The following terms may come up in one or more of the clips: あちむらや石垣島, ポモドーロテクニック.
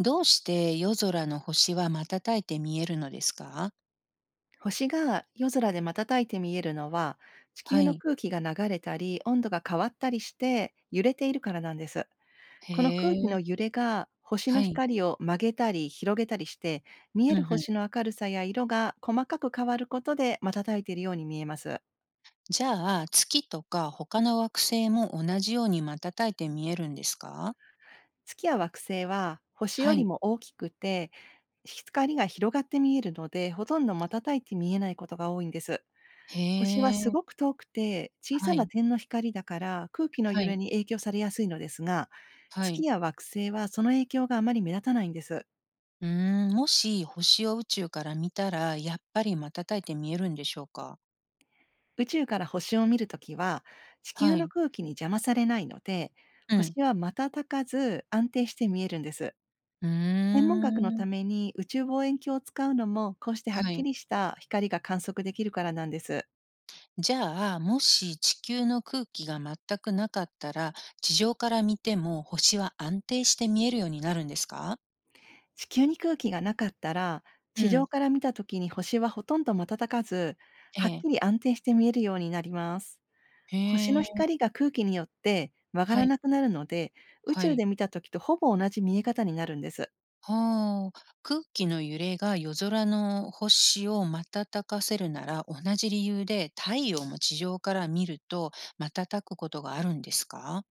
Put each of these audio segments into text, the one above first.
どうして夜空の星は瞬いて見えるのですか？星が夜空で瞬いて見えるのは、地は球のい。空気が流れたり、温度が変わったりして揺れているからなんです。へこの空気のえ。揺れが星のはい。光を曲げたり広げたりして、見うえんうる星ん。の明るさや色が細かく変わることで瞬いているように見えます。じゃあ、月とか他の惑星も同じように瞬いて見えるんですか？月や惑星は星はよりい。も大きくて、光が広がって見えるので、ほとんど瞬いて見えないことが多いんです。へ星はすごえ。く遠くて、小はさない。点の光だから空気のは揺い。れに影響されやすいのですが、は月い。や惑星はその影響があまり目立たないんです。うーん、もし星を宇宙から見たら、やっぱり瞬いて見えるんでしょうか？宇宙から星を見るときは、地球はのい。空気に邪魔されないので、うん。星は瞬かず安定して見えるんです。うー天文学のたん。めに宇宙望遠鏡を使うのも、こうしてはっはきい。りした光が観測できるからなんです。じゃあ、もし地球の空気が全くなかったら、地上から見ても星は安定して見えるようになるんですか？地球に空気がなかったら、う地ん、上から見た時に星はほとんど瞬かず、えはっきえ。り安定して見えるようになります。へ星のえ、光が空気によって曲がはらい、なくなるので、宇は宙い。で見た時とほぼ同じ見え方になるんです。はあ。空気の揺れが夜空の星を瞬かせるなら、同じ理由で太陽も地上から見ると瞬くことがあるんですか？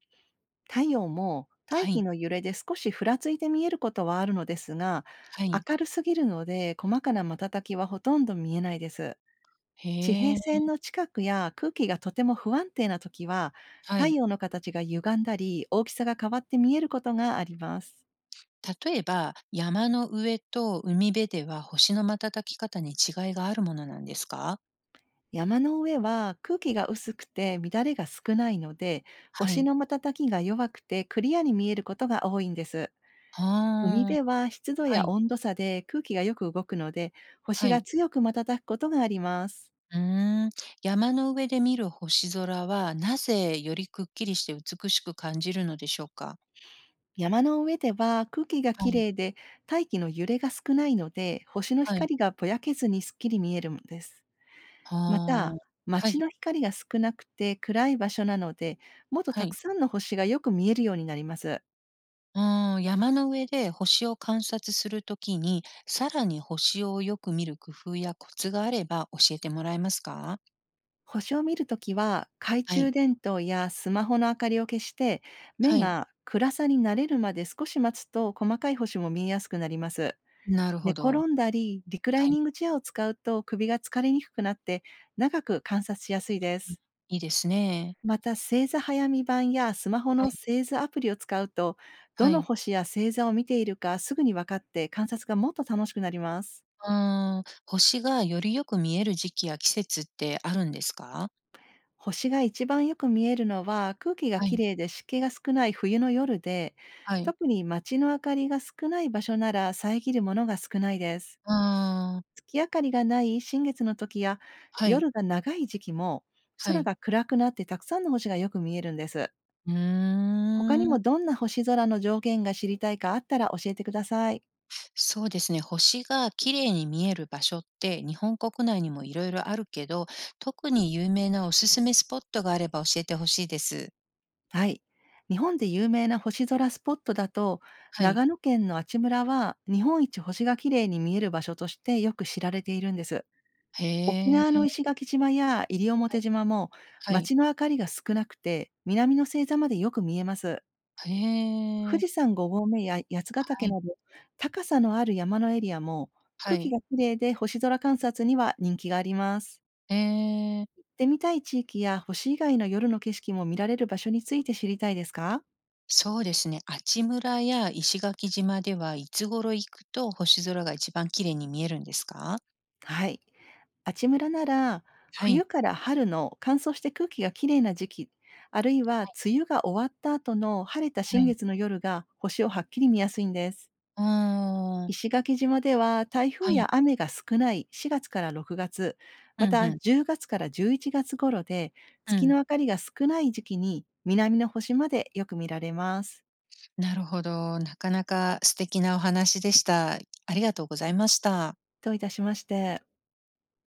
太陽も大は気い、の揺れで少しふらついて見えることはあるのですが、はい。明るすぎるので細かな瞬きはほとんど見えないです。地平へえ、線の近くや空気がとても不安定な時は、は太い。陽の形が歪んだり、大きさが変わって見えることがあります。例えば、山の上と海辺では星の瞬き方に違いがあるものなんですか？山の上は空気が薄くて乱れが少ないので、は星い。の瞬きが弱くてクリアに見えることが多いんです。海ああ、辺は湿度はやい、温度差で空気がよく動くので、星はがい。強く瞬くことがあります。うーん。山の上で見る星空は、なぜよりくっきりして美しく感じるのでしょうか？山の上では空気がはきい、れいで大気の揺れが少ないので、星のはい。光がぼやけずにすっきり見えるんです。まはた、あ。は街い、の光が少なくて暗い場所なので、もっとはたくい。さんの星がよく見えるようになります。ああ、山の上で星を観察するときに、さらに星をよく見る工夫やコツがあれば教えてもらえますか？星を見るときは、懐は中い、電灯やスマホの明かりを消して、目はい、が暗さに慣れるまで少し待つと細かい星も見えやすくなります。なる寝ほ転ど。んだり、リクラはイニい。ングチェアを使うと首が疲れにくくなって、長く観察しやすいであ、す。いいですね。また、星座早見版やスマホのはい、星座アプリを使うと、どはのい。星や星座を見ているかすぐに分かって観察がもっと楽しくなります。ああ、星がよりよく見える時期や季節ってあるんですか？星が一番よく見えるのは空気がはきい、れいで湿気が少ない冬の夜で、はい。特に街の明かりが少ない場所なら遮るものが少ないです。ああ、月明かりがない新月の時やはい、夜が長い時期も、は空い。が暗くなってたくさんの星がよく見えるんです。う他ーにもん。どんな星空の条件が知りたいかあったら教えてください。そうですね、星が綺麗に見える場所って日本国内にもいろいろあるけど、特に有名なおすすめスポットがあれば教えてほしいです。はい。日本で有名な星空スポットだと、はい。長野県の阿智村は日本一星が綺麗に見える場所としてよく知られているんです。沖へ縄のえ、石垣島や西表島も、はい。街の明かりが少なくて南の星座までよく見えます。へ富士え、山5合目や八ヶは岳い、など高さのある山のエリアも、は空気い。が綺麗で星空観察には人気があります。ええ。行ってみたい地域や星以外の夜の景色も見られる場所について知りたいですか？そうですね。あちむらや石垣島ではいつ頃行くと星空が一番綺麗に見えるんですか？はい。あちむらなら、は冬い。から春の乾燥して空気がきれいな時期、あるいは梅雨が終わった後の晴れたは新い。月の夜が星をはっきり見やすいんです。ああ、石垣島では台風はい。や雨が少ない4月から6月、うまんたうん。10月から11月頃で、う月ん。の明かりが少ない時期に南の星までよく見られます。なるほど。なかなか素敵なお話でした。ありがとうございました。といたしまして。